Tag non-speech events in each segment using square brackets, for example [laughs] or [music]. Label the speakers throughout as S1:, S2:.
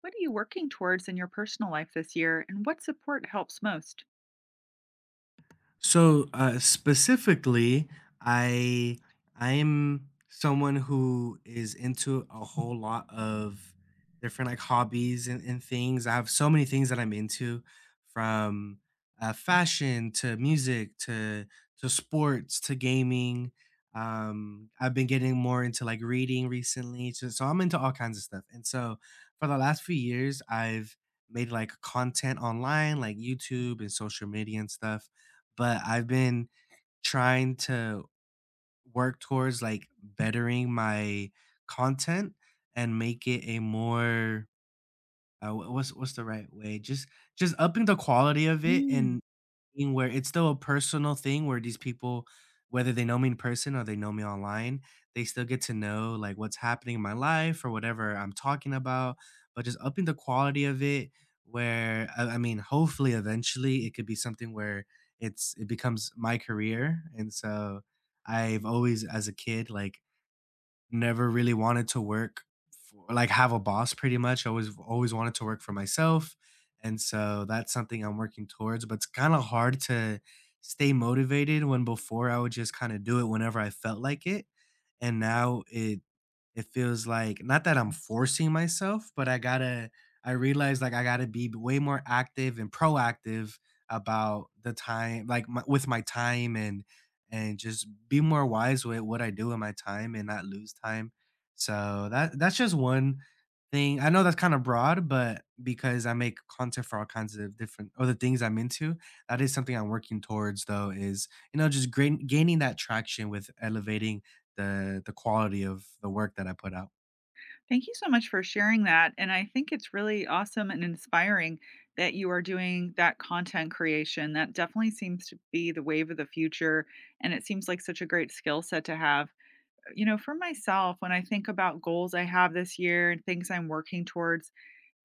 S1: What are you working towards in your personal life this year, and what support helps most?
S2: So specifically, I I'm someone who is into a whole lot of different like hobbies and things. I have so many things that I'm into, from fashion to music to sports to gaming. I've been getting more into like reading recently, so I'm into all kinds of stuff. And so for the last few years, I've made like content online, like YouTube and social media and stuff, but I've been trying to work towards like bettering my content and make it a more what's the right way? Just upping the quality of it
S1: Mm.
S2: and being where it's still a personal thing where these people, whether they know me in person or they know me online, they still get to know, like, what's happening in my life or whatever I'm talking about, but just upping the quality of it where I mean, hopefully, eventually, it could be something where it becomes my career. And so I've always, as a kid, like, never really wanted to work for, like, have a boss pretty much. I always wanted to work for myself, and so that's something I'm working towards, but it's kinda hard to stay motivated when before I would just kinda do it whenever I felt like it, and now it feels like not that I'm forcing myself, but I realize like I gotta be way more active and proactive about the time, like with my time and just be more wise with what I do in my time and not lose time. So that's just one thing. I know that's kind of broad, but because I make content for all kinds of different other things I'm into, that is something I'm working towards though is just gaining that traction with elevating the quality of the work that I put out.
S1: Thank you so much for sharing that. And I think it's really awesome and inspiring that you are doing that content creation. That definitely seems to be the wave of the future. And it seems like such a great skill set to have. You know, for myself, when I think about goals I have this year and things I'm working towards,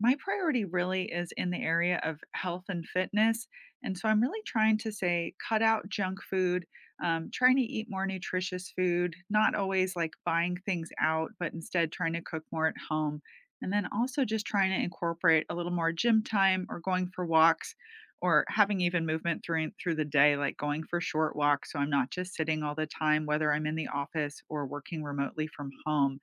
S1: my priority really is in the area of health and fitness. And so I'm really trying to say cut out junk food, trying to eat more nutritious food, not always like buying things out, but instead trying to cook more at home. And then also just trying to incorporate a little more gym time or going for walks or having even movement through the day, like going for short walks. So I'm not just sitting all the time, whether I'm in the office or working remotely from home.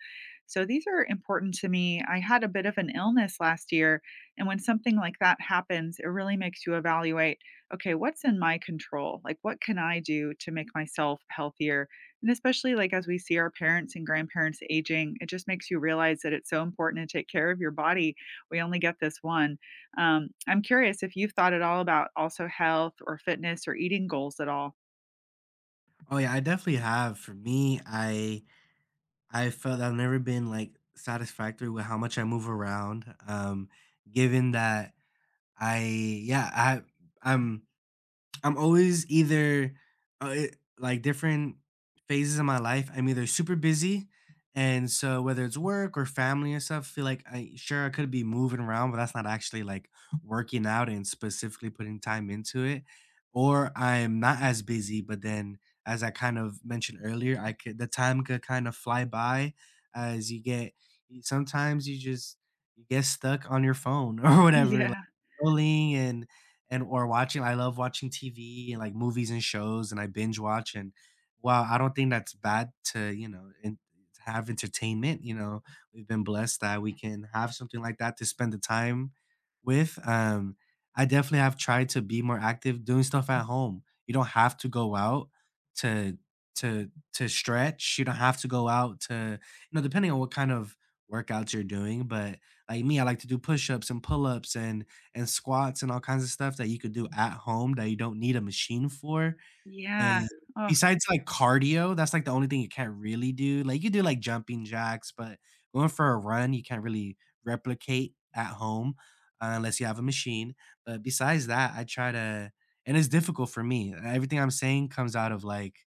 S1: So these are important to me. I had a bit of an illness last year, and when something like that happens, it really makes you evaluate, okay, what's in my control? Like what can I do to make myself healthier? And especially like as we see our parents and grandparents aging, it just makes you realize that it's so important to take care of your body. We only get this one. I'm curious if you've thought at all about also health or fitness or eating goals at all.
S2: Oh yeah, I definitely have. For me, I felt I've never been like satisfactory with how much I move around. Given that I yeah I I'm I'm always either like different phases of my life. I'm either super busy, and so whether it's work or family and stuff, feel like I sure I could be moving around, but that's not actually like working out and specifically putting time into it. Or I'm not as busy, but then as I kind of mentioned earlier, I could the time could kind of fly by as you get. Sometimes you just you get stuck on your phone [laughs] or whatever, like
S1: Yeah.
S2: scrolling and or watching I love watching TV and like movies and shows and I binge watch. And while I don't think that's bad to, you know, and have entertainment, you know, we've been blessed that we can have something like that to spend the time with. I definitely have tried to be more active doing stuff at home. You don't have to go out to to stretch. You don't have to go out to, you know, depending on what kind of workouts you're doing, but like me, I like to do push-ups and pull-ups and squats and all kinds of stuff that you could do at home that you don't need a machine for, and
S1: Yeah. Oh.
S2: besides, like, cardio, that's, like, the only thing you can't really do. Like, you could do, like, jumping jacks, but going for a run, you can't really replicate at home unless you have a machine, but besides that, I try to and it's difficult for me, everything I'm saying comes out of, like,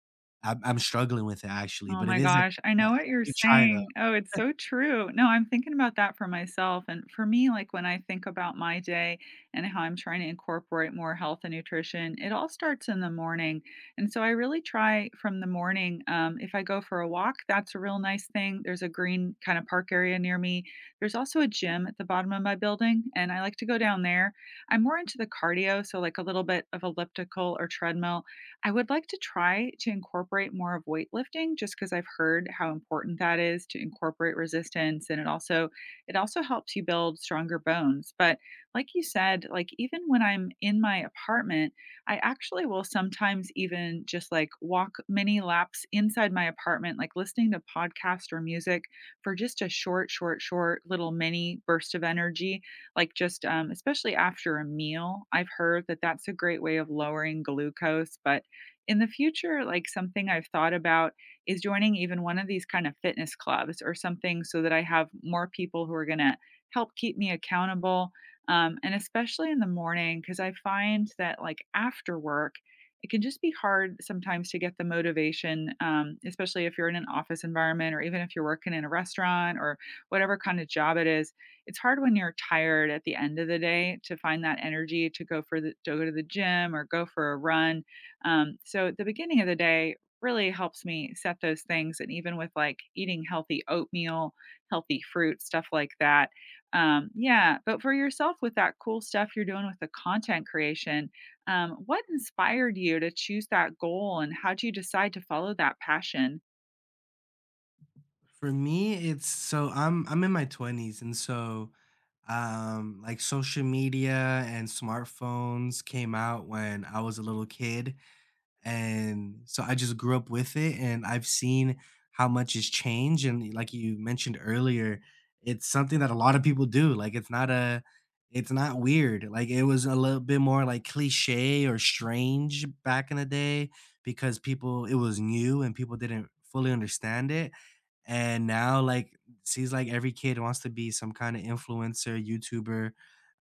S2: I'm struggling with it, actually,
S1: Oh
S2: but it
S1: my
S2: is a
S1: gosh, I
S2: I
S1: know what you're
S2: do try, though.
S1: saying. Oh, it's so true. No, I'm thinking about that for myself. And for me, like when I think about my day and how I'm trying to incorporate more health and nutrition, it all starts in the morning. And so I really try from the morning. If I go for a walk, that's a real nice thing. There's a green kind of park area near me. There's also a gym at the bottom of my building, and I like to go down there. I'm more into the cardio, so like a little bit of elliptical or treadmill. I would like to try to incorporate more of weightlifting just because 'cause I've heard how important that is to incorporate resistance, and it also helps you build stronger bones, but like you said, like, even when I'm in my apartment, I actually will sometimes even just, like, walk many laps inside my apartment, like, listening to podcast or music for just a short little mini burst of energy, like, just, especially after a meal. I've heard that that's a great way of lowering glucose, but in the future, like something I've thought about is joining even one of these kind of fitness clubs or something so that I have more people who are going to help keep me accountable. And especially in the morning, because I find that like after work, it can just be hard sometimes to get the motivation, especially if you're in an office environment or even if you're working in a restaurant or whatever kind of job it is. It's hard when you're tired at the end of the day to find that energy to go for the to go to the gym or go for a run. So the beginning of the day really helps me set those things. And even with like eating healthy oatmeal, healthy fruit, stuff like that. Yeah. But for yourself, with that cool stuff you're doing with the content creation, what inspired you to choose that goal and how do you decide to follow that passion?
S2: For me, it's so I'm in my 20s, and so like social media and smartphones came out when I was a little kid, and so I just grew up with it and I've seen how much has changed. And like you mentioned earlier, it's something that a lot of people do. Like it's not weird. Like it was a little bit more like cliche or strange back in the day because people it was new and people didn't fully understand it, and now like seems like every kid wants to be some kind of influencer, YouTuber.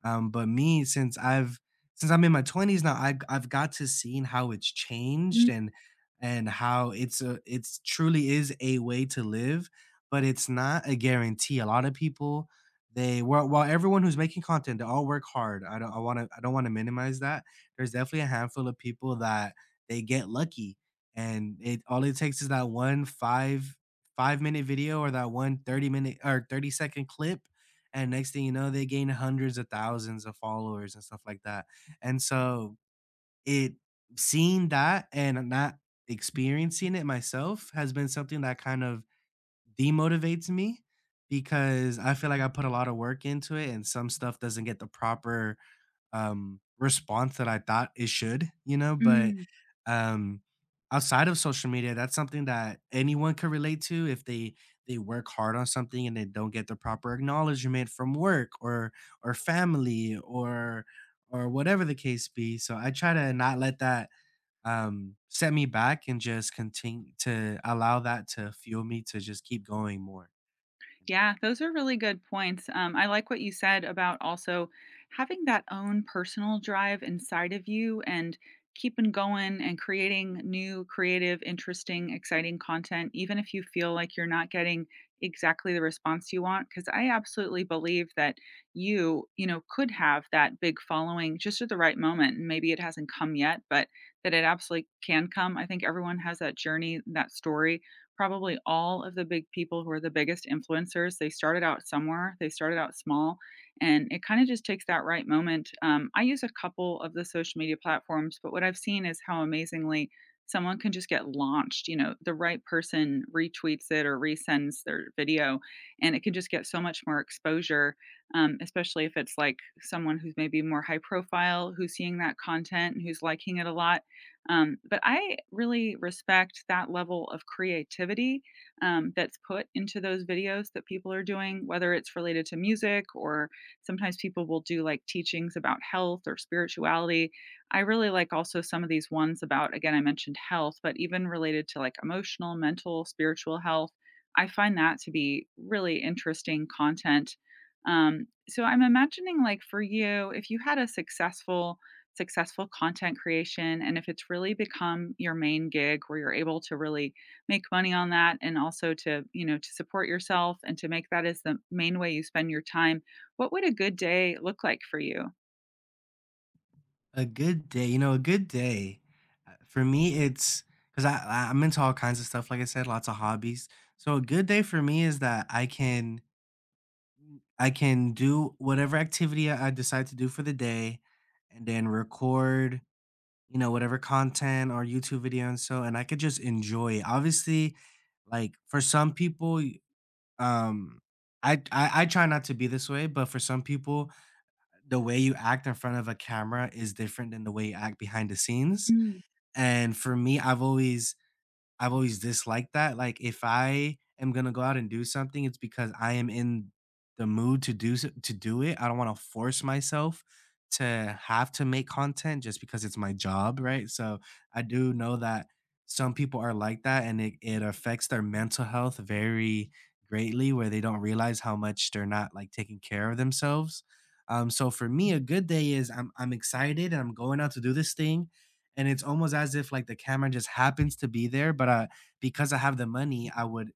S2: But me, since I'm in my 20s now, I've got to seeing how it's changed
S1: Mm,
S2: and how it's truly is a way to live, but it's not a guarantee. A lot of people they while everyone who's making content they all work hard. I want to I don't want to minimize that. There's definitely a handful of people that they get lucky, and it all it takes is that one five 5-minute video or that one thirty minute or 30-second clip, and next thing you know, they gain hundreds of thousands of followers and stuff like that, and so it seeing that and not experiencing it myself has been something that kind of demotivates me because I feel like I put a lot of work into it and some stuff doesn't get the proper response that I thought it should, you know, but,
S1: mm.
S2: um, outside of social media, that's something that anyone could relate to if they work hard on something and they don't get the proper acknowledgement from work or family or whatever the case be. So I try to not let that set me back and just continue to allow that to fuel me to just keep going more, you know.
S1: Yeah, those are really good points. I like what you said about also having that own personal drive inside of you and keeping going and creating new, creative, interesting, exciting content, even if you feel like you're not getting exactly the response you want. Because I absolutely believe that you know, could have that big following just at the right moment. And maybe it hasn't come yet, but that it absolutely can come. I think everyone has that journey, that story. Probably all of the big people who are the biggest influencers, they started out somewhere, they started out small, and it kinda just takes that right moment. I use a couple of the social media platforms, but what I've seen is how amazingly someone can just get launched, you know, the right person retweets it or resends their video, and it can just get so much more exposure, especially if it's, like, someone who's maybe more high profile, who's seeing that content and who's liking it a lot. But I really respect that level of creativity that's put into those videos that people are doing, whether it's related to music or sometimes people will do like teachings about health or spirituality. I really like also some of these ones about, again, I mentioned health, but even related to like emotional, mental, spiritual health. I find that to be really interesting content. So I'm imagining, like, for you, if you had a successful content creation and if it's really become your main gig where you're able to really make money on that and also to, you know, to support yourself and to make that as the main way you spend your time, what would a good day look like for you?
S2: A good day, you know, a good day, for me, it's 'cause I'm into all kinds of stuff, like I said, lots of hobbies. So a good day for me is that I can do whatever activity I decide to do for the day and then record, you know, whatever content or YouTube video, and so and I could just enjoy it. Obviously, like, for some people, y um, I try not to be this way, but for some people, the way you act in front of a camera is different than the way you act behind the scenes. And for me, I've always disliked that. Like, if I am gonna go out and do something, it's because I am in the mood to do it. I don't wanna force myself to have to make content just because it's my job, right? So, I do know that some people are like that, and it affects their mental health very greatly, where they don't realize how much they're not, like, taking care of themselves. So for me, a good day is I'm excited, and I'm going out to do this thing, and it's almost as if, like, the camera just happens to be there, but, because I have the money, I would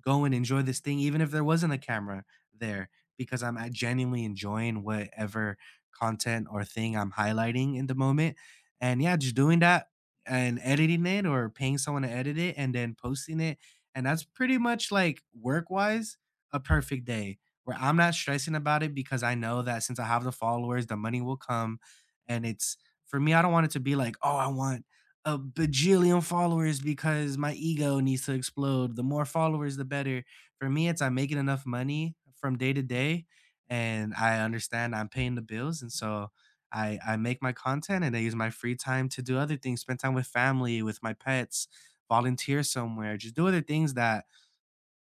S2: go and enjoy this thing even if there wasn't a camera there because I'm at genuinely enjoying whatever content or thing I'm highlighting in the moment. And yeah, just doing that and editing it or paying someone to edit it and then posting it. And that's pretty much like work wise, a perfect day where I'm not stressing about it because I know that since I have the followers, the money will come. And it's for me, I don't want it to be like, oh, I want a bajillion followers because my ego needs to explode. The more followers, the better. For me, it's I'm making enough money from day to day, and I understand I'm paying the bills, and so I make my content and I use my free time to do other things, spend time with family, with my pets, volunteer somewhere, just do other things that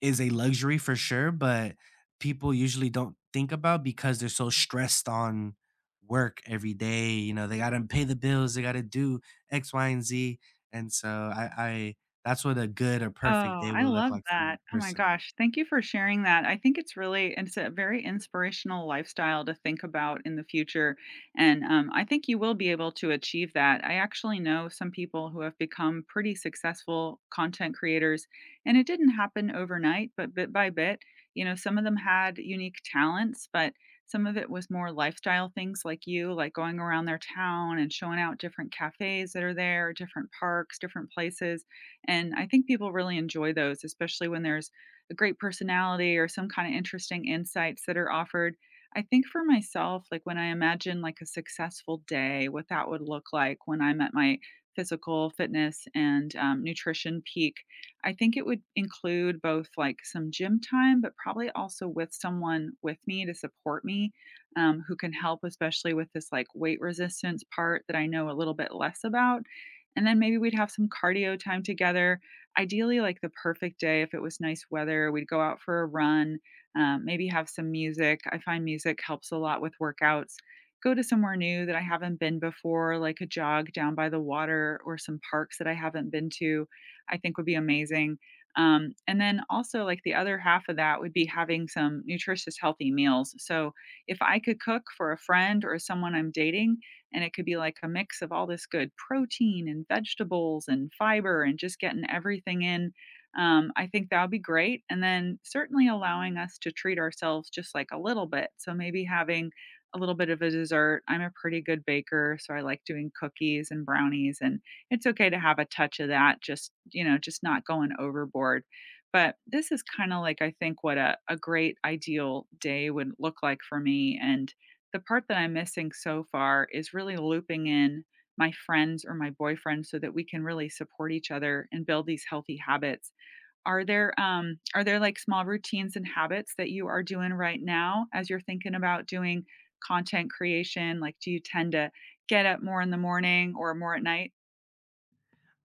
S2: is a luxury for sure, but people usually don't think about because they're so stressed on work every day. You know, they gotta pay the bills, they gotta do X, Y, and Z. And so I that's what a good or
S1: Oh,
S2: perfect day
S1: I
S2: would look
S1: love
S2: like for me
S1: that. Oh my
S2: personally.
S1: gosh. Thank you for sharing that. I think it's a very inspirational lifestyle to think about in the future. And I think you will be able to achieve that. I actually know some people who have become pretty successful content creators, and it didn't happen overnight, but bit by bit, you know, some of them had unique talents, but some of it was more lifestyle things like you, like going around their town and showing out different cafes that are there, different parks, different places, and I think people really enjoy those, especially when there's a great personality or some kind of interesting insights that are offered. I think for myself, like when I imagine like a successful day, what that would look like when I'm at my physical fitness and nutrition peak, I think it would include both like some gym time, but probably also with someone with me to support me, who can help, especially with this like weight resistance part that I know a little bit less about. And then maybe we'd have some cardio time together. Ideally, like the perfect day, if it was nice weather, we'd go out for a run, maybe have some music. I find music helps a lot with workouts. Go to somewhere new that I haven't been before, like a jog down by the water or some parks that I haven't been to, I think would be amazing. And then also, like the other half of that would be having some nutritious, healthy meals. So, if I could cook for a friend or someone I'm dating, and it could be like a mix of all this good protein and vegetables and fiber and just getting everything in. I think that would be great. And then certainly allowing us to treat ourselves just like a little bit. So maybe having a little bit of a dessert. I'm a pretty good baker, so I like doing cookies and brownies. And it's okay to have a touch of that, just, you know, just not going overboard. But this is kind of like, I think, what a great ideal day would look like for me. And the part that I'm missing so far is really looping in my friends or my boyfriend so that we can really support each other and build these healthy habits. Are there like small routines and habits that you are doing right now as you're thinking about doing content creation? Like do you tend to get up more in the morning or more at night?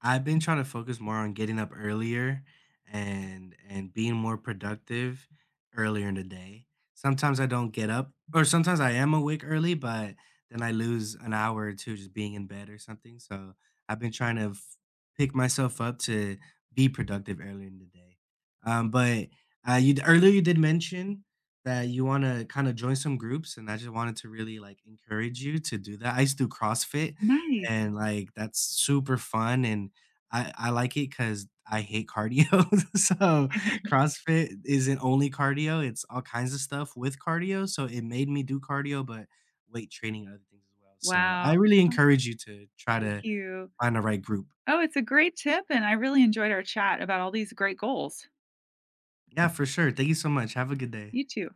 S2: I've been trying to focus more on getting up earlier and being more productive earlier in the day. Sometimes I don't get up or sometimes I am awake early, but then I lose an hour or two just being in bed or something. So I've been trying to pick myself up to be productive earlier in the day. But earlier you did mention that you want to kind of join some groups, and I just wanted to really like encourage you to do that. I used to do CrossFit,
S1: Nice.
S2: and like that's super fun and I like it because I hate cardio. [laughs] So,
S1: [laughs]
S2: CrossFit isn't only cardio, it's all kinds of stuff with cardio, so it made me do cardio, but weight training and other things as well. So,
S1: Wow.
S2: I really
S1: Oh,
S2: encourage you to try
S1: thank
S2: to
S1: you.
S2: find the right group.
S1: Oh, it's a great tip and I really enjoyed our chat about all these great goals.
S2: Yeah, for sure. Thank you so much. Have a good day.
S1: You too.